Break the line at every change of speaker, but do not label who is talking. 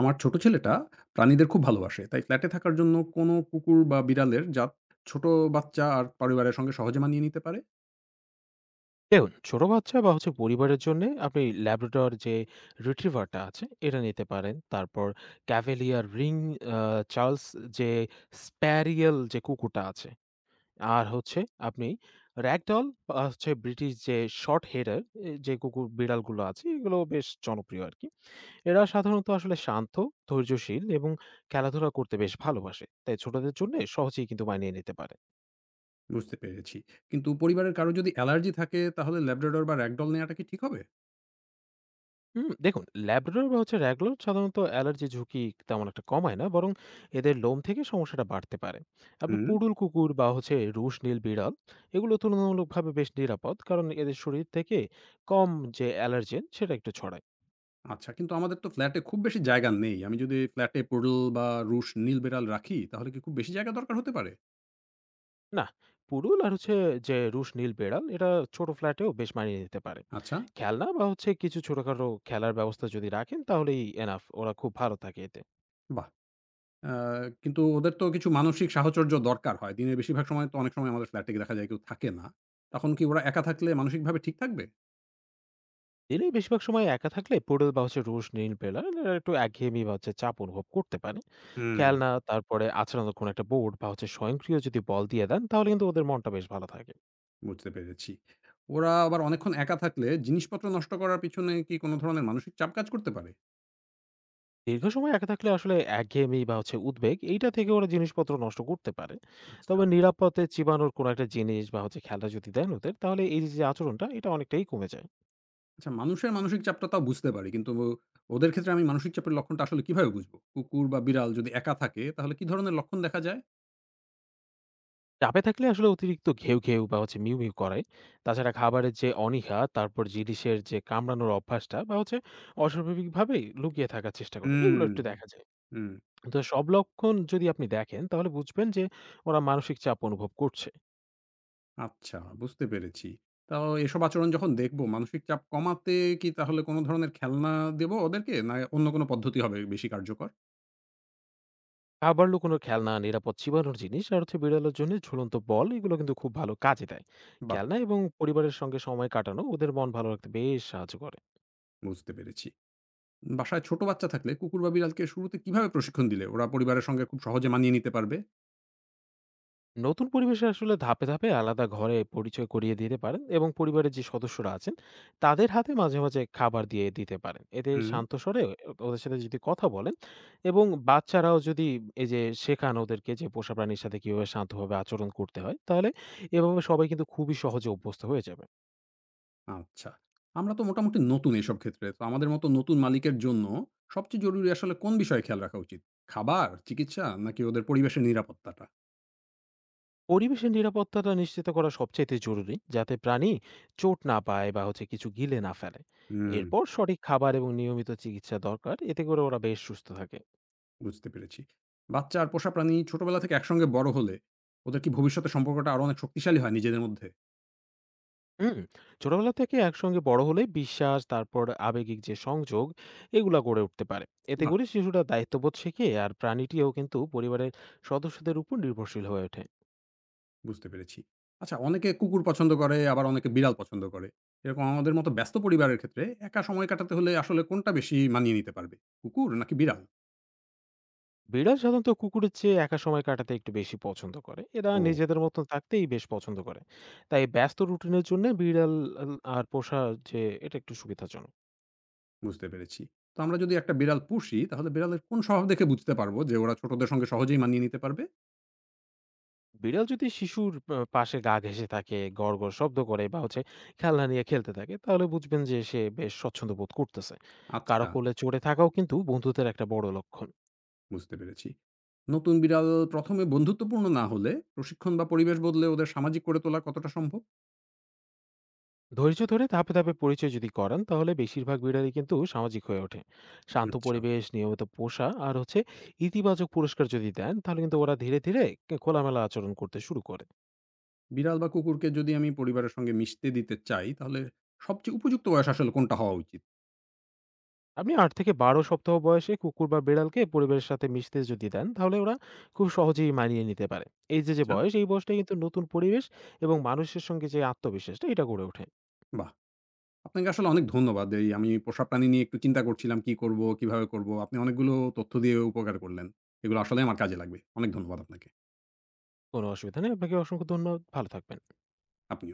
আমার ছোট ছেলেটা প্রাণীদের খুব ভালোবাসে। তাই ফ্ল্যাটে থাকার জন্য কোনো কুকুর বা বিড়ালের জাত ছোট বাচ্চা আর পরিবারের সঙ্গে সহজে মানিয়ে নিতে পারে,
দেখুন, ছোট বাচ্চা বা পরিবারের জন্যে আপনি ল্যাব্রাডর যে রিট্রিভারটা আছে এটা নিতে পারেন। তারপর ক্যাভেলিয়ার রিং আ চার্লস যে স্প্যারিয়েল যে কুকুরটা আছে। আর আপনি র‍্যাগডল বা ব্রিটিশ যে শর্ট হেয়ার এ যে কুকুর বিড়ালগুলো আছে এগুলো বেশ জনপ্রিয় আরকি। এরা সাধারণত আসলে শান্ত, ধৈর্যশীল এবং খেলাধুলা করতে বেশ ভালোবাসে। তাই ছোটদের জন্যে সহজেই কিন্তু মানিয়ে নিতে পারে।
বুঝতে পেরেছি। কিন্তু পরিবারের কারো যদি অ্যালার্জি থাকে তাহলে ল্যাব্রাডর বা র‍্যাগডল নেওয়াটা কি ঠিক হবে?
হুম, দেখুন ল্যাব্রাডর বা র‍্যাগলর সাধারণত অ্যালার্জি ঝুঁকি তেমন একটা কমায় না, বরং এদের লোম থেকে সমস্যাটা বাড়তে পারে। আপনি
হুম,
পুডুল কুকুর বা রুশ নীল বিড়াল এগুলো তুলনামূলকভাবে বেশ নিরাপদ, কারণ এদের শরীর থেকে কম যে অ্যালার্জেন সেটা একটু ছড়ায়।
আচ্ছা। কিন্তু আমাদের তো ফ্ল্যাটে খুব বেশি জায়গা নেই। আমি যদি ফ্ল্যাটে পোডল বা রুশ নীল বিড়াল রাখি তাহলে কি খুব বেশি জায়গা দরকার হতে পারে?
না, পুডুল আর যে রুশ নীল বিড়াল এটা ছোট ফ্ল্যাটেও বেশ মানিয়ে নিতে পারে।
আচ্ছা,
খেলনা বা কিছু ছোটখাটো খেলার ব্যবস্থা যদি রাখেন তাহলেই এনাফ ওরা খুব ভালো থাকে এতে।
বাহ! আ কিন্তু ওদের তো কিছু মানসিক সাহচর্য দরকার হয়। দিনের বেশিরভাগ সময় তো অনেক সময় আমাদের ফ্ল্যাটে দেখা যায় কেউ থাকে না। তখন কি ওরা একা থাকলে মানসিকভাবে ঠিক থাকবে?
দিলেই বেশিরভাগ সময় একা থাকলে পোডেল বা রুশ নীল বেলা এরা একটু একঘেয়েমি বা চাপ অনুভব করতে পারে।
হুম,
খেলনা তারপরে আচরণের কোনো একটা বোর্ড বা স্বয়ংক্রিয় যদি বল দিয়ে দেন তাহলে কিন্তু ওদের মনটা বেশ ভালো থাকে।
বুঝতে পেরেছি। ওরা আবার অনেকক্ষণ একা থাকলে জিনিসপত্র নষ্ট করার পিছনে কি কোন ধরনের মানসিক চাপ কাজ করতে পারে?
দীর্ঘ সময় একা থাকলে আসলে একঘেয়েমি বা উদ্বেগ এইটা থেকে ওরা জিনিসপত্র নষ্ট করতে পারে।
আচ্ছা।
তবে নিরাপদে চিবানোর কোনো একটা জিনিস বা খেলনা যদি দেন ওদের তাহলে এই যে আচরণটা এটা অনেকটাই কমে যায়।
আচ্ছা মানুষের মানসিক চাপটা তাও বুঝতে পারি। কিন্তু ওদের ক্ষেত্রে আমি মানসিক চাপের লক্ষণটা আসলে কিভাবে বুঝবো? কুকুর বা বিড়াল যদি একা থাকে তাহলে কি ধরনের লক্ষণ দেখা যায়?
চাপে থাকলে আসলে অতিরিক্ত ঘেউ, ঘেউ বা মিউ, মিউ করে। তাছাড়া খাবারের যে অনীহা, তারপর জিনিসের যে কামড়ানোর অভ্যাসটা বা অস্বাভাবিকভাবেই লুকিয়ে থাকার চেষ্টা করে।
হুম,
এগুলো একটু দেখা যায়।
হুম।
তো সব লক্ষণ যদি আপনি দেখেন তাহলে বুঝবেন যে ওরা মানসিক চাপ অনুভব করছে।
আচ্ছা বুঝতে পেরেছি। তাও এসব আচরণ যখন দেখব মানসিক চাপ কমাতে কি তাহলে কোন ধরনের খেলনা দেব ওদেরকে? না অন্য কোন পদ্ধতি হবে বেশি কার্যকর?
খাবার লুকোনোর খেলনা, নিরাপদ চিবানোর জিনিস আর বিড়ালের জন্য ঝুলন্ত বল এগুলো কিন্তু খুব ভালো কাজে দেয়।
বাহ!
খেলনা এবং পরিবারের সঙ্গে সময় কাটানো ওদের মন ভালো রাখতে বেশ সাহায্য করে।
বুঝতে পেরেছি। বাসায় ছোট বাচ্চা থাকলে কুকুর বা বিড়ালকে শুরুতে কিভাবে প্রশিক্ষণ দিলে ওরা পরিবারের সঙ্গে খুব সহজে মানিয়ে নিতে পারবে?
নতুন পরিবেশে আসলে ধাপে ধাপে আলাদা ঘরে পরিচয় করিয়ে দিতে পারেন এবং পরিবারের যে সদস্যরা আছেন তাদের হাতে মাঝে মাঝে খাবার দিয়ে দিতে পারেন, এতে
হুম,
শান্ত স্বরে ওদের সাথে যদি কথা বলেন এবং বাচ্চারাও যদি এই যে শেখান ওদেরকে যে পোষা প্রাণীর সাথে কিভাবে শান্তভাবে আচরণ করতে হয়, তাহলে এভাবে সবাই কিন্তু খুবই সহজে অভ্যস্ত হয়ে যাবে।
আচ্ছা। আমরা তো মোটামুটি নতুন, এইসব ক্ষেত্রে তো আমাদের মতো নতুন মালিকের জন্য সবচেয়ে জরুরি আসলে কোন বিষয়ে খেয়াল রাখা উচিত? খাবার, চিকিৎসা, নাকি ওদের পরিবেশের নিরাপত্তাটা?
পরিবেশের নিরাপত্তাটা নিশ্চিত করা সবচাইতে জরুরি, যাতে প্রাণী চোট না পায় বা কিছু গিলে না ফেলে।
হুম,
এরপর সঠিক খাবার এবং নিয়মিত চিকিৎসা দরকার, এতে করে ওরা বেশ সুস্থ থাকে।
বুঝতে পেরেছি। বাচ্চা আর পোষা প্রাণী ছোটবেলা থেকে একসঙ্গে বড় হলে ওদের কি ভবিষ্যতে সম্পর্কটা আরো অনেক শক্তিশালী হয় নিজেদের মধ্যে?
হুম, ছোটবেলা থেকে একসঙ্গে বড় হলে বিশ্বাস, তারপর আবেগিক যে সংযোগ, এগুলা গড়ে উঠতে পারে। এতে
বাহ,
করে শিশুরা দায়িত্ববোধ শেখে আর প্রাণীটিও কিন্তু পরিবারের সদস্যদের উপর নির্ভরশীল হয়ে ওঠে।
বুঝতে পেরেছি। আচ্ছা, অনেকে কুকুর পছন্দ করে আবার অনেকে বিড়াল পছন্দ করে। এরকম আমাদের মতো ব্যস্ত পরিবারের ক্ষেত্রে একা সময় কাটাতে হলে আসলে কোনটা বেশি মানিয়ে নিতে পারবে? কুকুর নাকি বিড়াল?
বিড়াল সাধারণত কুকুরের চেয়ে একা সময় কাটাতে একটু বেশি পছন্দ করে। এরা
ও।
নিজেদের মতো থাকতেই বেশ পছন্দ করে। তাই ব্যস্ত রুটিনের জন্য বিড়াল আর পোষা যে এটা একটু সুবিধাজনক।
বুঝতে পেরেছি। তো আমরা যদি একটা বিড়াল পুষি তাহলে বিড়ালের কোন স্বভাব দেখে বুঝতে পারবো যে ওরা ছোটদের সঙ্গে সহজেই মানিয়ে নিতে পারবে?
বিড়াল যদি শিশুর পাশে গা ঘেঁষে থাকে, গড়, গড় শব্দ করে বা খেলনা নিয়ে খেলতে থাকে, তাহলে বুঝবেন যে সে বেশ স্বচ্ছন্দ্য বোধ করতেছে।
আচ্ছা,
কারো কোলে চড়ে থাকাও কিন্তু বন্ধুত্বের একটা বড় লক্ষণ।
বুঝতে পেরেছি। নতুন বিড়াল ১ম এ বন্ধুত্বপূর্ণ না হলে প্রশিক্ষণ বা পরিবেশ বদলে ওদের সামাজিক করে তোলা কতটা সম্ভব?
ধৈর্য ধরে ধাপে, ধাপে পরিচয় যদি করান, তাহলে বেশিরভাগ বিড়ালই কিন্তু সামাজিক হয়ে ওঠে। শান্ত
আচ্ছা।
পরিবেশ, নিয়মিত পোষা আর ইতিবাচক পুরস্কার যদি দেন, তাহলে কিন্তু ওরা ধীরে, ধীরে কে খোলামেলা আচরণ করতে শুরু করে।
বিড়াল বা কুকুরকে যদি আমি পরিবারের সঙ্গে মিশতে দিতে চাই তাহলে সবচেয়ে উপযুক্ত বয়স আসলে কোনটা হওয়া উচিত?
আপনি ৮ থেকে ১২ সপ্তাহ বয়সে কুকুর বা বেড়ালকে পরিবেশের সাথে মিশতে যদি দেন, তাহলে ওরা খুব সহজেই মানিয়ে নিতে পারে। এই যে, যে
আচ্ছা,
বয়স, এই বয়সটাই কিন্তু নতুন পরিবেশ এবং মানুষের সঙ্গে যে আত্মবিশ্বাসটা, এটা গড়ে ওঠে।
বাহ! আপনাকে আসলে অনেক ধন্যবাদ। এই আমি পোষা প্রাণী নিয়ে একটু চিন্তা করছিলাম কি করব, কিভাবে করব। আপনি অনেকগুলো তথ্য দিয়ে উপকার করলেন। এগুলো আসলেই আমার কাজে লাগবে। অনেক ধন্যবাদ আপনাকে।
কোনো অসুবিধা নেই। আপনাকে অসংখ্য ধন্যবাদ। ভালো থাকবেন।
আপনিও।